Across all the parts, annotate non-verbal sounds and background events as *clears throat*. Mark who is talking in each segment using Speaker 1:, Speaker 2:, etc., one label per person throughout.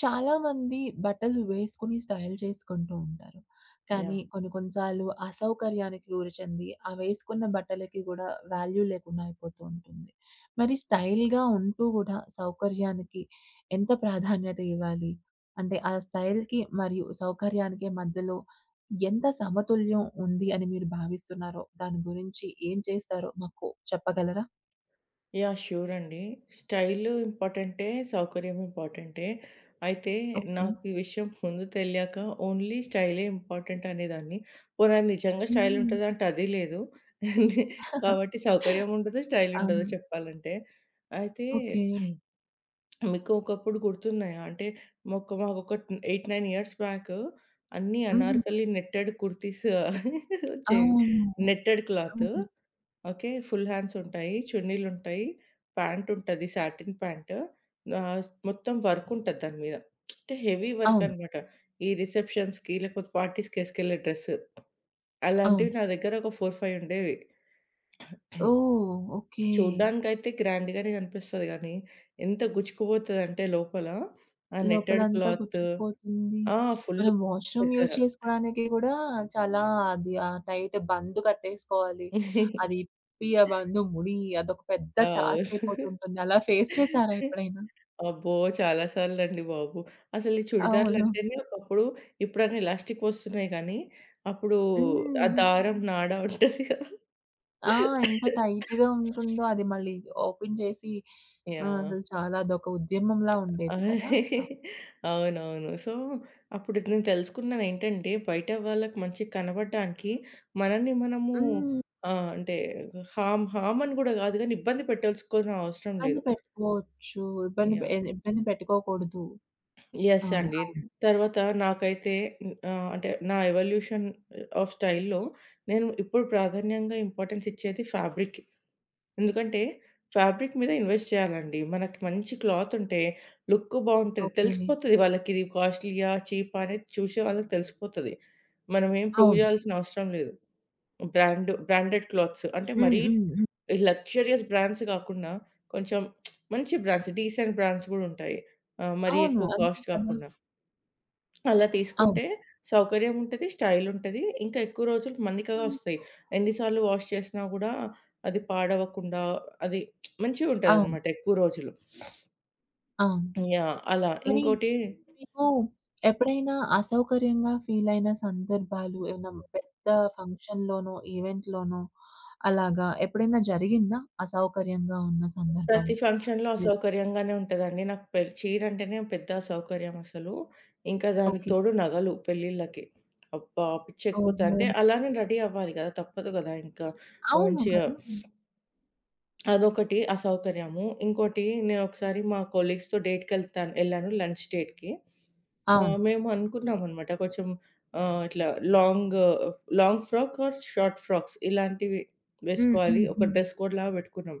Speaker 1: చాలామంది బట్టలు వేసుకొని స్టైల్ చేసుకుంటూ ఉంటారు. కానీ
Speaker 2: యాహ్!
Speaker 1: కొన్ని కొన్ని సార్లు అసౌకర్యానికి గురి చెంది, ఆ వేసుకున్న బట్టలకి గూడా వాల్యూ లేకుండా అయిపోతూ ఉంటుంది. మరి స్టైల్‌గా ఉంటూ గూడా సౌకర్యానికి ఎంత ప్రాధాన్యత ఇవ్వాలి? అంటే ఆ స్టైల్‌కి మరియు సౌకర్యానికి మధ్యలో ఎంత సమతుల్యం ఉంది అని మీరు భావిస్తున్నారో, దాని గురించి ఏం చేస్తారో మాకు చెప్పగలరా?
Speaker 2: యాహ్! ష్యూర్ అండి. స్టైలు ఇంపార్టెంటే, సౌకర్యం ఇంపార్టెంటే. అయితే
Speaker 1: ఓకే.
Speaker 2: నాకు ఈ విషయం ముందు తెలియక ఓన్లీ స్టైలే ఇంపార్టెంట్ అనేదాన్ని. పోనీ అది నిజంగా స్టైల్
Speaker 1: హ్మ్.
Speaker 2: ఉంటదా అంటే అది లేదు.
Speaker 1: *laughs*
Speaker 2: కాబట్టి సౌకర్యం ఉండదు, స్టైల్ ఉండదు
Speaker 1: అవును.
Speaker 2: చెప్పాలంటే. అయితే
Speaker 1: ఓకే.
Speaker 2: మీకు ఒకప్పుడు గుర్తున్నాయా? అంటే మాకొక 8, 9 ఇయర్స్ బ్యాక్ అన్నీ
Speaker 1: హ్మ్.
Speaker 2: అనార్కలి నెట్టెడ్ కుర్తీస్ వచ్చేవి.
Speaker 1: అవును.
Speaker 2: Netted cloth.
Speaker 1: అవును.
Speaker 2: ఓకే. ఫుల్ హ్యాండ్స్ ఉంటాయి. చున్నీలుంటాయి. ప్యాంట్ ఉంటది. Satin pant. ఆహ్, మొత్తం వర్క్ ఉంటది దాని మీద. అంటే హెవీ వర్క్
Speaker 1: అవును.
Speaker 2: అన్నమాట. ఈ రిసెప్షన్స్‌కి లేకపోతే పార్టీస్‌కి ఏసుకెళ్ళే డ్రెస్.
Speaker 1: అవును.
Speaker 2: అలాంటివి నా దగ్గర ఒక 4, 5 ఉండేవి. *clears throat*
Speaker 1: ఓహ్! ఓకే.
Speaker 2: చూడ్డానికైతే గ్రాండ్‌గానే కనిపిస్తది గానీ, ఎంత గుచ్చుకుపోతదంటే లోపల ఆ నెట్టెడ్
Speaker 1: లోపలంతా
Speaker 2: క్లాత్
Speaker 1: గుచ్చుకుపోతుంది.
Speaker 2: ఆ! ఫుల్
Speaker 1: మనం వాష్‌రూమ్
Speaker 2: దగ్గర.
Speaker 1: యూజ్ చేసుకోవడానికి కూడా చాలా అది ఆ టైట్ బంద్ కట్టేసుకోవాలి. అది
Speaker 2: *laughs*
Speaker 1: ఇప్పి, ఆ బందు ముడి అదొక పెద్ద టాస్క్
Speaker 2: అవును.
Speaker 1: అయిపోతుంటుంది. అలా ఫేస్ చేసారా ఎప్పుడైనా?
Speaker 2: అబ్బో! చాలా సార్లండి బాబు. అసలు ఈ
Speaker 1: అవును.
Speaker 2: చుడిదార్లంటేనే ఒకప్పుడు ఇప్పుడన్నీ ఎలాస్టిక్ వస్తున్నాయి గానీ, అప్పుడు ఆ
Speaker 1: హ్మ్.
Speaker 2: దారం నాడ ఉంటది కదా!
Speaker 1: ఆ! ఎంత టైట్‌గా ఉంటుందో అది మళ్ళీ ఓపెన్ చేసి
Speaker 2: యాహ్!
Speaker 1: అసలు చాలా అదొక ఉద్యమంలా ఉండేది కదా! ఆ!
Speaker 2: అవునవును. సో, అప్పుడు నేను తెలుసుకున్నదేంటంటే, బయట వాళ్ళకి మంచిగా కనబడడానికి మనల్ని మనము
Speaker 1: హ్మ్.
Speaker 2: అంటే హార్మ్ హార్మ్ అని గూడా గాదు గానీ, ఇబ్బంది పెట్టాల్సుకున్న అవసరం
Speaker 1: ఇబ్బంది
Speaker 2: లేదు.
Speaker 1: పెట్టుకోవచ్చు. ఇబ్బంది పె
Speaker 2: యాహ్!
Speaker 1: ఇబ్బంది పెట్టుకోకూడదు. ఆ!
Speaker 2: యెస్ అండి.
Speaker 1: అవును.
Speaker 2: తర్వాత నాకైతే అంటే నా ఎవల్యూషన్ ఆఫ్ స్టైల్‌లో నేను ఇప్పుడు ప్రాధాన్యంగా ఇంపార్టెన్స్ ఇచ్చేది ఫ్యాబ్రిక్‌కి. ఎందుకంటే ఫ్యాబ్రిక్ మీద ఇన్వెస్ట్ చేయాలండి. మనకి మంచి క్లాత్ ఉంటే లుక్ బావుంటది.
Speaker 1: ఓకే.
Speaker 2: తెలిసిపోతది వాళ్ళకి ఇది కాస్ట్‌లీయా, చీపా అనేది చూసే వాళ్ళకి తెలిసిపోతది. మనం ఏం ప్రూవ్
Speaker 1: అవును.
Speaker 2: చేయాల్సిన అవసరం లేదు. బ్రాండెడ్ క్లాత్స్ అంటే
Speaker 1: హ్మ్.
Speaker 2: మరీ
Speaker 1: హ్మ్. హ్మ్.
Speaker 2: ఈ లగ్జూరియస్ బ్రాండ్స్ కాకుండా కొంచెం మంచి బ్రాండ్స్, డీసెంట్ బ్రాండ్స్ గూడా ఉంటాయి. మరీ
Speaker 1: అవును.
Speaker 2: ఎక్కువ
Speaker 1: అంతే
Speaker 2: కాస్ట్
Speaker 1: కదా!
Speaker 2: కాకుండా. అలా
Speaker 1: అవును.
Speaker 2: తీసుకుంటే సౌకర్యం ఉంటది, స్టైల్ ఉంటది. ఇంకా ఎక్కువ రోజులు మన్నికగా
Speaker 1: హ్మ్.
Speaker 2: వస్తాయి. ఎన్ని సార్లు వాష్ చేసినా గూడా అది పాడవకుండా అది
Speaker 1: అవును.
Speaker 2: మంచిగుంటదనమాట ఎక్కువ రోజులు.
Speaker 1: అవును.
Speaker 2: యాహ్! అలా.
Speaker 1: మరి
Speaker 2: ఇంకోటి
Speaker 1: మీకు ఎప్పుడైనా అసౌకర్యంగా ఫీలయిన సందర్భాలు ఏమన్నా పెద్ద ఫంక్షన్‌లోనో, ఈవెంట్‌లోనో అలాగా ఎప్పుడైనా జరిగిందా? అసౌకర్యంగా ఉన్న సందర్భం?
Speaker 2: ప్రతి ఫంక్షన్‌లో
Speaker 1: లేదు.
Speaker 2: అసౌకర్యంగానే ఉంటదండి. నాకు చీర అంటేనే పెద్ద అసౌకర్యం అసలు. ఇంకా దానికి
Speaker 1: ఓకే.
Speaker 2: తోడు నగలు పెళ్ళిళ్ళకి. అబ్బా! పిచ్చెక్కిపోతది.
Speaker 1: ఓహో!
Speaker 2: అంటే అలానే రెడీ అవ్వాలి గదా! తప్పదు గదా! ఇంకా
Speaker 1: అవును కదా!
Speaker 2: మంచిగా అదొకటి
Speaker 1: అవును.
Speaker 2: అసౌకర్యము. ఇంకోటి నేనొకసారి మా కొలీగ్స్‌తో ఎళ్ళాను లంచ్ డేట్‌కి.
Speaker 1: అవును.
Speaker 2: మేము అనుకున్నామనమాట కొంచెం ఇట్లా long, long frock or short frocks ఇలాంటివి
Speaker 1: హ్మ్.
Speaker 2: వేసుకోవాలి.
Speaker 1: హ్మ్.
Speaker 2: ఒక
Speaker 1: హ్మ్.
Speaker 2: డ్రెస్ కోడ్‌లాగా పెట్టుకున్నాం.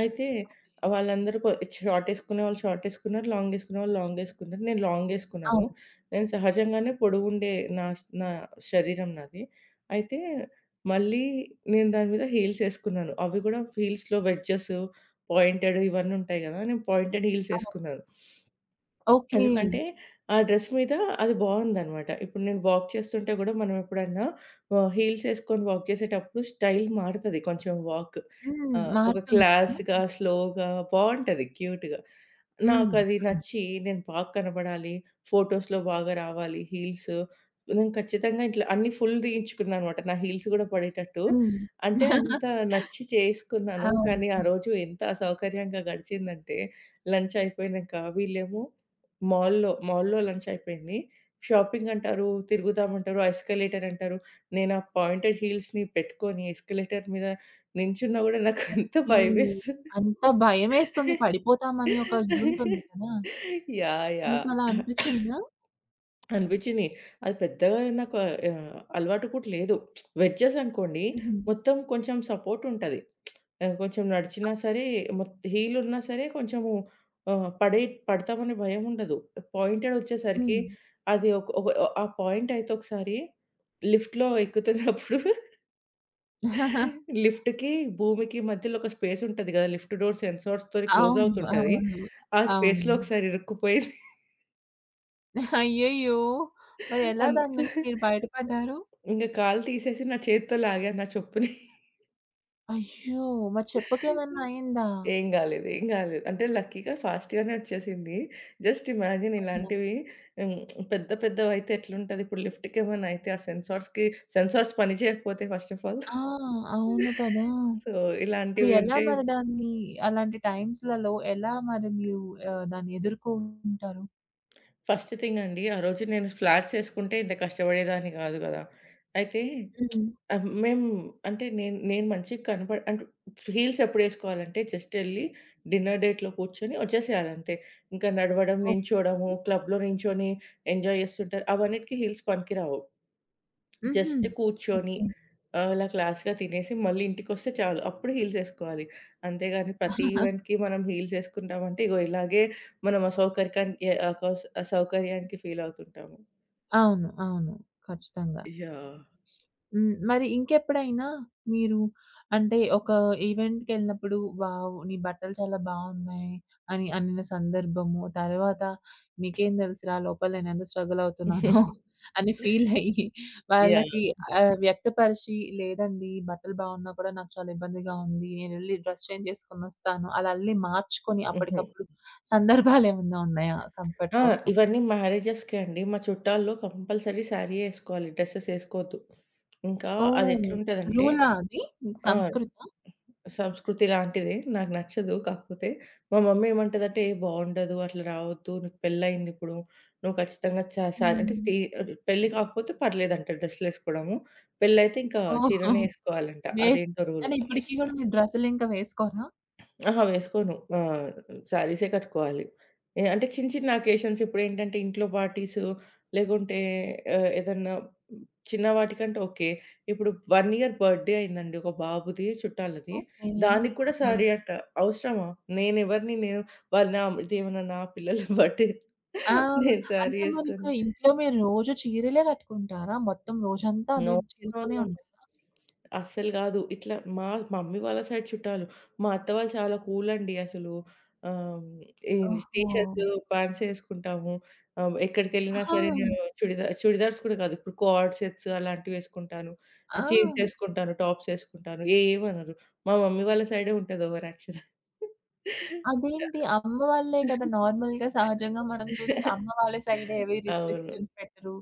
Speaker 2: అయితే
Speaker 1: ఓకే.
Speaker 2: వాళ్ళందరూ షార్ట్ యేసుకునే వాళ్ళు షార్ట్ యేసుకున్నారు. లాంగ్ యేసుకునేవాళ్ళు లాంగ్ యేసుకున్నారు. నేను లాంగ్ యేసుకున్నాను.
Speaker 1: అవును.
Speaker 2: నేను సహజంగానే పొడుగుండే నా నా శరీరం నాది. అయితే మళ్ళీ నేను దాని మీద హీల్స్ ఏసుకున్నాను. అవి గూడా హీల్స్‌లో వెడ్జెస్, పాయింటెడ్ ఇవన్నీ ఉంటాయి గదా! నేను పాయింటెడ్ హీల్స్
Speaker 1: అవును.
Speaker 2: ఏసుకున్నాను.
Speaker 1: ఓకే.
Speaker 2: ఎందుకంటే, ఆ డ్రెస్ మీద అది బావుందనమాట. ఇప్పుడు నేను వాక్ చేస్తుంటే గూడా మనం ఎప్పుడన్నా హీల్స్ ఏసుకొని వాక్ చేసేటప్పుడు స్టైల్ మారుతది కొంచెం వాక్.
Speaker 1: హ్మ్.
Speaker 2: ఒక
Speaker 1: మారుతుంది కదా!
Speaker 2: క్లాస్‌గా, స్లోగా బావుంటది క్యూట్‌గా.
Speaker 1: హ్మ్.
Speaker 2: నాకది
Speaker 1: అవును.
Speaker 2: నచ్చి నేను బాగా కనబడాలి, ఫోటోస్‌లో బాగా రావాలి, హీల్స్ నేను ఖచ్చితంగా ఇట్లా అన్నీ ఫుల్ దీయించుకున్నా అనమాట. నా హీల్స్ గూడా పడేటట్టు.
Speaker 1: హ్మ్.
Speaker 2: అంటే అంత నచ్చి చేసుకున్నాను. కానీ ఆ
Speaker 1: అవును.
Speaker 2: రోజు ఎంత అసౌకర్యంగా గడిచిందంటే లంచ్ అయిపోయినంక వీళ్ళేమో మాల్‌లో లంచ్ అయిపోయింది. షాపింగ్ అంటారు, తిరుగుదామంటారు, ఎస్కలేటర్ అంటారు. నేను ఆ పాయింటెడ్ హీల్స్‌ని పెట్టుకొని ఎస్కలేటర్ మీద నించున్నా గూడా నాకు ఎంత
Speaker 1: ఈ
Speaker 2: భయమేస్తుంది.
Speaker 1: అంత భయమేస్తుంది పడిపోతామని ఒక ఇదుంటుంది కదా!
Speaker 2: యాహ్! యాహ్!
Speaker 1: మీకలా
Speaker 2: *laughs*
Speaker 1: అనిపిచ్చిందా?
Speaker 2: అనిపించింది. అది పెద్దగా నాకు అలవాటు కూడా లేదు. వెడ్జెస్ అనుకోండి
Speaker 1: హుహు.
Speaker 2: మొత్తం కొంచెం సపోర్ట్ ఉంటది. కొంచెం నడిచినా సరే హీల్ ఉన్నా సరే కొంచెము ఆహ్, పడే పడతామనే భయం ఉండదు. పాయింటెడ్ వచ్చేసరికి
Speaker 1: హ్మ్.
Speaker 2: అది ఒక ఒక ఆ పాయింట్ అయితే ఒకసారి లిఫ్ట్‌లో ఎక్కుతున్నప్పుడు *laughs* లిఫ్ట్‌కి, భూమికి మధ్యలో ఒక స్పేస్ ఉంటది కదా! లిఫ్ట్ డోర్ సెన్సార్స్‌తోని క్లోజ్
Speaker 1: అవును.
Speaker 2: అవుతుంటది.
Speaker 1: అవును.
Speaker 2: ఆ స్పేస్‌లో
Speaker 1: అవును.
Speaker 2: ఒకసారి ఇరుక్కుపోయింది.
Speaker 1: అయ్యయ్యో! మరి ఎలా దాని
Speaker 2: అంత
Speaker 1: నుంచి మీరు బయటపడ్డారు?
Speaker 2: ఇంగ కాలు తీసేసి నా చేత్తో లాగాను నా చెప్పుని.
Speaker 1: అయ్యో! మరి చెప్పుకేమన్నా అయిందా?
Speaker 2: ఏం గాలేదు, ఏం గాలేదు. అంటే లక్కీగా ఫాస్ట్‌గానే వచ్చేసింది. జస్ట్ ఇమాజిన్
Speaker 1: అయ్యో!
Speaker 2: ఇలాంటివి హ్మ్. పెద్ద పెద్దవైతే ఎట్లుంటది? ఇప్పుడు లిఫ్ట్‌కేమైనా అయితే ఆ సెన్సార్స్ పని చేయకపోతే ఫస్ట్ ఆఫ్ ఆల్.
Speaker 1: ఆ! అవును కదా!
Speaker 2: సో,
Speaker 1: ఇప్పుడు
Speaker 2: ఇలాంటివి
Speaker 1: ఎలా
Speaker 2: ఉంటే
Speaker 1: మరి దాన్ని అలాంటి టైమ్స్‌లలో ఎలా మరి మీరు దాన్ని ఎదుర్కుంటారు?
Speaker 2: ఫస్ట్ థింగ్ అండి. ఆ రోజు నేను ఫ్లాట్స్ ఏసుకుంటే ఇంత కష్టపడేదాన్ని గాదు గదా! అయితే
Speaker 1: హ్మ్.
Speaker 2: ఆ! మేము అంటే నేను నేను మంచిగా కనపడ అంటే హీల్స్ ఎప్పుడేసుకోవాలంటే జస్ట్ ఎళ్లి డిన్నర్ డేట్‌లో కూర్చొని వచ్చేసేయాలంతే. ఇంకా నడవడం, నించోవడము,
Speaker 1: ఓకే.
Speaker 2: క్లబ్‌లో నించొని ఎంజాయ్ చేస్తుంటారు. అవన్నిటికి హీల్స్ పనికిరావు.
Speaker 1: హుహు.
Speaker 2: జస్ట్ కూర్చొని
Speaker 1: ఓకే.
Speaker 2: అలా క్లాస్‌గా తినేసి మళ్ళీ ఇంటికొస్తే చాలు. అప్పుడు హీల్స్ ఎసుకోవాలి. అంతేగాని ప్రతి ఈవెంట్‌కి మనం హీల్స్ ఎసుకుంటామంటే ఇగో ఇలాగే మనం అసౌకర్యానికి ఫీల్ అవుతుంటాము.
Speaker 1: అవును. అవును. ఖచ్చితంగా.
Speaker 2: యాహ్!
Speaker 1: హ్మ్. మరి ఇంకెప్పుడైనా మీరు అంటే ఒక ఈవెంట్‌కెళ్ళినప్పుడు వావ్! నీ బట్టలు చాలా బావున్నాయి అని అనిన సందర్భము, తర్వాత నీకేం తెలుసురా లోపల నేనెంత స్ట్రగల్ అవుతున్నానో
Speaker 2: *laughs*
Speaker 1: అని ఫీల్ అయ్యి
Speaker 2: యాహ్!
Speaker 1: వాళ్ళకి వ్యక్తపరిచి లేదండి బట్టలు బాగున్నా కూడా నాకు చాలా ఇబ్బందిగా ఉంది. నేనెళ్లి డ్రెస్ చేంజ్ చేసుకొనొస్తాను. అలా ఎళ్లి మార్చుకొని
Speaker 2: హుహు.
Speaker 1: అప్పటికప్పుడు సందర్భాలేమన్నా ఉన్నాయా కంఫర్ట్
Speaker 2: ఆ!
Speaker 1: కోసం?
Speaker 2: ఇవన్నీ మ్యారేజెస్‌కే అండి. మా చుట్టాల్లో కంపల్సరీ శారీయే ఏసుకోవాలి. డ్రెసెస్ ఏసుకోవద్దు. ఇంకా
Speaker 1: ఓహ్!
Speaker 2: అదెట్లుంటదంటే
Speaker 1: రూలా అది? మీకు
Speaker 2: ఆ!
Speaker 1: సంస్కృతా?
Speaker 2: సంస్కృతి లాంటిదే. నాకు నచ్చదు. కాకపోతే మా మమ్మీ ఏమంటదంటే, "ఏ బావుండదు. అట్లా రావద్దు. నీకు పెళ్లయిందిప్పుడు. నువ్వు ఖచ్చితంగా శారీ" అంటే
Speaker 1: హ్మ్.
Speaker 2: పెళ్లి కాకపోతే పర్లేదంట డ్రెస్‌లేసుకోవడము. పెళ్లయితే ఇంకా
Speaker 1: ఓహో!
Speaker 2: చీరనే ఏసుకోవాలంట.
Speaker 1: వేస్ట్.
Speaker 2: అదేంటో రూలు.
Speaker 1: కానీ ఇప్పటికి గూడా మీరు డ్రెస్సులింకా వేసుకోరా?
Speaker 2: అహా! వేసుకోను. ఆ! శారీసే కట్టుకోవాలి. ఏ అంటే చిన్న చిన్న అకేషన్స్ ఇప్పుడేంటంటే ఇంట్లో పార్టీసు లేకుంటే ఏదన్నా చిన్న వాటికంటే ఓకే. ఇప్పుడు 1 ఇయర్ బర్త్‌డే అయిందండి ఒక బాబుది చుట్టాలది.
Speaker 1: ఓకే.
Speaker 2: దానికి కూడా
Speaker 1: ఆహా!
Speaker 2: సారీ అంట. అవసరమా? నేనెవరిని నేను వాళ్ళు నా ఇదేమన్నా నా పిల్లల *laughs* బర్త్‌డే
Speaker 1: ఆ!
Speaker 2: నేను సారీ
Speaker 1: అంటే
Speaker 2: ఏసుకొని
Speaker 1: మరిప్పుడు ఇంట్లో మీరు రోజు చీరలే కట్టుకుంటారా? మొత్తం రోజంతా అదే
Speaker 2: నో.
Speaker 1: చీరతోనే
Speaker 2: అవునవును.
Speaker 1: ఉంటారా?
Speaker 2: అస్సలు గాదు. ఇట్లా మా మా మమ్మీ వాళ్ళ సైడ్ చుట్టాలు. మా అత్త వాళ్ళు చాలా కూల్ అండి అసలు. ఆహ్, ఈ టీ
Speaker 1: ఓహో!
Speaker 2: షర్ట్స్, పాంట్స్ ఏసుకుంటాము. ఎక్కడికెళ్ళినా
Speaker 1: ఆహా!
Speaker 2: సరే *laughs* నేను చుడిదార్స్ కూడా కాదు. ఇప్పుడు కార్డ్ సెట్స్ అలాంటివి ఏసుకుంటాను.
Speaker 1: ఆ!
Speaker 2: Jeans ఏసుకుంటాను, tops ఏసుకుంటాను. ఏ ఏమనరు. మా మమ్మీ వాళ్ళ సైడే ఉంటది ఓవర్ యాక్షన్.
Speaker 1: అదేంటి? అమ్మ వాళ్ళే కదా! నార్మల్‌గా సహజంగా మనం చూస్తే అమ్మ
Speaker 2: *laughs*
Speaker 1: వాళ్ళ సైడే ఏవి
Speaker 2: అవును.
Speaker 1: రిస్ట్రిక్షన్స్ పెట్టరు.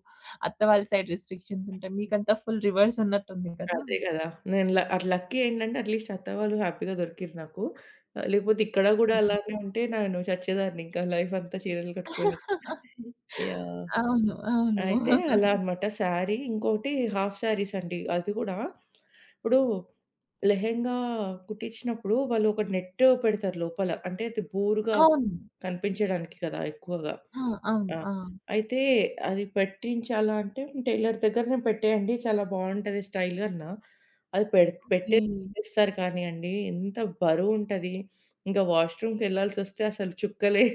Speaker 1: అత్త వాళ్ళ సైడ్ రిస్ట్రిక్షన్స్ ఉంటాయి. మీకంతా ఫుల్ రివర్స్ ఉన్నట్టుంది కదా!
Speaker 2: అదే గదా! నేను ల అది లక్కీ ఏంటంటే అట్‌లీస్ట్ అత్త వాళ్ళు హ్యాపీగా దొరికిర్రు నాకు. లేకపోతే ఇక్కడ గూడా
Speaker 1: హ్మ్.
Speaker 2: అలానే ఉంటే నేను చచ్చేదాన్ని ఇంకా లైఫ్ అంతా చీరలు కట్టుకోలేక. యాహ్!
Speaker 1: అవును. అవును.
Speaker 2: అయితే అలా అన్నమాట శారీ. ఇంకోటి హాఫ్ శారీస్ అండి. అది గూడా ఇప్పుడు లెహెంగా కుట్టించినప్పుడు వాళ్ళు ఒక నెట్ పెడతారు లోపల. అంటే అది బూరుగా
Speaker 1: అవును.
Speaker 2: కనిపించడానికి కదా ఎక్కువగా.
Speaker 1: ఆ! అవును.
Speaker 2: ఆ!
Speaker 1: ఆ!
Speaker 2: అయితే అది పెట్టించాలా అంటే టైలర్ దగ్గరనే పెట్టేయండి. చాలా బావుంటది స్టైల్ అన్నా. అది
Speaker 1: ఓకే.
Speaker 2: పెట్టేస్తారు కానియండి, ఎంత బరువుంటది. ఇంకా వాష్‌రూమ్‌కెళ్ళాల్సొస్తే అసలు చుక్కలే.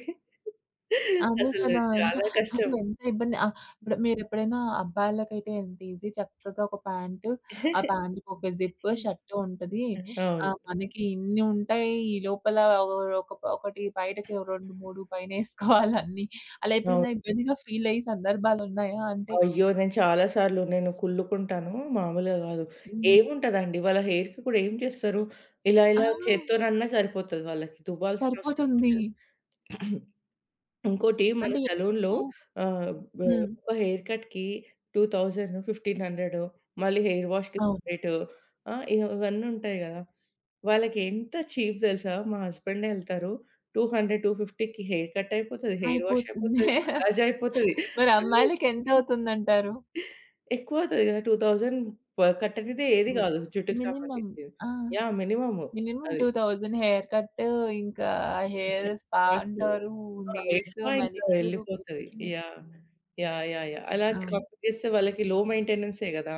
Speaker 2: *laughs*
Speaker 1: అదే
Speaker 2: అసలు
Speaker 1: కదా! ఎంత
Speaker 2: చాలా కష్టం.
Speaker 1: అసలెంత ఇబ్బంది. ఇప్పుడు మీరెప్పుడైనా అబ్బాయిలకైతే ఎంత ఈజీ చక్కగా ఒక ప్యాంటు, ఆ
Speaker 2: *laughs*
Speaker 1: ప్యాంట్‌కి ఒక జిప్, షర్ట్ ఉంటది.
Speaker 2: అవును.
Speaker 1: మనకి ఇన్ని ఉంటాయి. ఈ లోపల ఒక ఒకటి బయటకి 2, 3 పైనేసుకోవాలి అన్నీ. అలా
Speaker 2: అవును.
Speaker 1: ఎప్పుడైనా ఇబ్బందిగా ఫీల్ అయ్యే సందర్భాలున్నాయా? అంటే
Speaker 2: అయ్యో! నేను చాలా సార్లు కుళ్ళుకుంటాను. మామూలుగా గాదు.
Speaker 1: హ్మ్.
Speaker 2: ఏముంటదండి వాళ్ళ హెయిర్‌కి కూడా ఏం చేస్తారు? ఇలా
Speaker 1: ఆ!
Speaker 2: ఇలా చేత్తోనన్నా సరిపోతది వాళ్ళకి. దువ్వాల్సిన అవసరం కూడా
Speaker 1: సరిపోతుంది.
Speaker 2: లేదు. ఇంకోటి మన
Speaker 1: అంటే
Speaker 2: సెలూన్‌లో
Speaker 1: ఎక్కువ
Speaker 2: ఆహ్, బ్ హ్మ్.
Speaker 1: హ్మ్.
Speaker 2: ఒక హెయిర్ కట్‌కి 2000, 1500 మళ్ళీ హెయిర్ వాష్‌కి
Speaker 1: అవును.
Speaker 2: సెపరేట్ ఆహ్, ఇ ఇవన్నీ ఉంటాయి గదా! వాళ్ళకి ఎంత చీప్ తెలుసా? మా హస్బెండే ఎళ్తారు. 200, 250కి హెయిర్ కట్ అయిపోతది. హెయిర్ వాష్
Speaker 1: అయిపోతుంది.
Speaker 2: అయిపోతది. మసాజ్ అయిపోతది.
Speaker 1: మరి
Speaker 2: అన్నీ
Speaker 1: అమ్మాయిలకి ఎంతవుతుందంటారు?
Speaker 2: ఎక్కువ అవుతది గదా! 2000 కట్టనిదే ఏది
Speaker 1: మి
Speaker 2: గాదు జుట్టుకి
Speaker 1: మినిమమ్
Speaker 2: సంబంధించింది.
Speaker 1: ఆ!
Speaker 2: యాహ్! మినిమమ్
Speaker 1: మినిమమ్
Speaker 2: అది.
Speaker 1: 2000 హెయిర్ కట్ ఇంకా హెయిర్ స్పా
Speaker 2: వాయిస్
Speaker 1: అంటారు.
Speaker 2: ఆ!
Speaker 1: నెయిల్స్,
Speaker 2: ఎస్పా ఇంకా
Speaker 1: మానిక్యూర్,
Speaker 2: ఎళ్ళిపోతది.
Speaker 1: Pedicure.
Speaker 2: Yeah! Yeah! Yeah! Yeah! అలా
Speaker 1: అవును.
Speaker 2: కాపీ చేస్తే వాళ్ళకి లో మెయింటెనెన్సే గదా!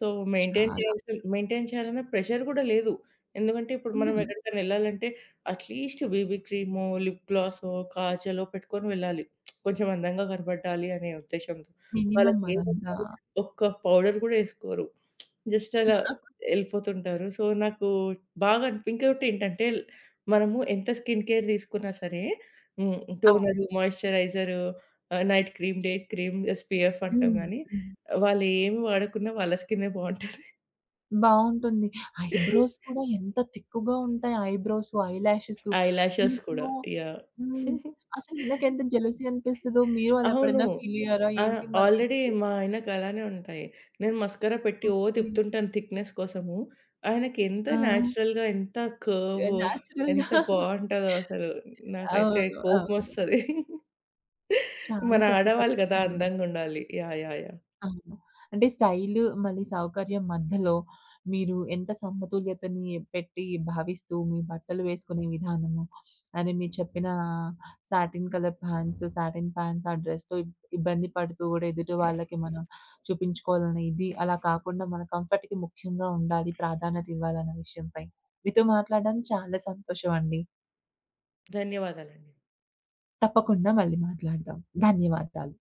Speaker 2: సో,
Speaker 1: చాలా.
Speaker 2: మెయింటైన్ చేయాలన్న ప్రెషర్ గూడా లేదు. ఎందుకంటే ఇప్పుడు మనం
Speaker 1: ఉండదు.
Speaker 2: ఎక్కడికైనా ఎళ్ళాలంటే అట్‌లీస్ట్ BB క్రీమో, లిప్ గ్లాసో, కాజలో పెట్టుకొని వెళ్ళాలి. కొంచెం అందంగా కనపడాలి అనే ఉద్దేశ్యంతో.
Speaker 1: మినిమమ్ అదంతా.
Speaker 2: వాళ్ళకేంటంటే ఒక్క పౌడర్ గూడా ఏసుకోరు. జస్ట్ అలా ఎళ్ళిపోతుంటారు. సో, నాకు బాగా అనిపి ఇంకోటేంటంటే మనము ఎంత స్కిన్ కేర్ తీసుకున్నా సరే,
Speaker 1: అవును.
Speaker 2: Toner, moisturiser, night cream, day cream, SPF అంటాం
Speaker 1: హ్మ్.
Speaker 2: గానీ,
Speaker 1: హ్మ్.
Speaker 2: వాళ్ళేమి వాడకున్నా వాళ్ళ స్కిన్నే బావుంటది.
Speaker 1: బావుంటుంది. ఐబ్రోస్ కూడా ఎంత తిక్కుగా ఉంటాయి. ఐబ్రోస్, ఐలాషెస్
Speaker 2: ఐ లాషెస్ కూడా.
Speaker 1: మనకేమో
Speaker 2: యాహ్!
Speaker 1: హ్మ్. అసలు ఈయనకెంత జెలసీ అనిపిస్తదో మీరు అలా
Speaker 2: అవును.
Speaker 1: ఎప్పుడైనా ఫీల్ అయ్యారా?
Speaker 2: ఆ!
Speaker 1: ఏంటి మరి
Speaker 2: ఆల్రెడీ
Speaker 1: ఇంతకి
Speaker 2: మా ఆయనకు అలానే ఉంటాయి. నేను మస్కరా పెట్టి ఓ
Speaker 1: ఓకే.
Speaker 2: తిప్పుతుంటాను థిక్‌నెస్ కోసము. ఆయనకి ఎంత
Speaker 1: ఆ!
Speaker 2: నేచురల్‌గా ఎంత
Speaker 1: యాహ్!
Speaker 2: కర్వ్
Speaker 1: నేచురల్‌గా
Speaker 2: ఎంత బావుంటదో అసలు. నాకైతే
Speaker 1: అవును. అవును.
Speaker 2: కోపమొస్తది.
Speaker 1: చాలా
Speaker 2: మన
Speaker 1: చక్కగా
Speaker 2: ఆడవాళ్ళు గదా!
Speaker 1: చెప్పారండి.
Speaker 2: అందంగుండాలి. యాహ్! యాహ్! యాహ్!
Speaker 1: అవును. అంటే స్టైలు మళ్ళీ సౌకర్యం మధ్యలో మీరు ఎంత సమతుల్యతని పెట్టి భావిస్తూ మీ బట్టలు వేసుకునే విధానము, అది మీరు చెప్పిన satin colour pants, satin pants ఆ డ్రెస్‌తో ఇబ్బంది పడుతూ కూడా ఎదుటి వాళ్ళకి మనం చూపించుకోవాలనే ఇది, అలా కాకుండా మన కంఫర్ట్‌కి ముఖ్యంగా ఉండాలి, ప్రాధాన్యత ఇవ్వాలన్న విషయంపై. మీతో మాట్లాడడం చాలా సంతోషం అండి.
Speaker 2: ధన్యవాదాలండి.
Speaker 1: తప్పకుండా మళ్ళీ మాట్లాడదాం. ధన్యవాదాలు.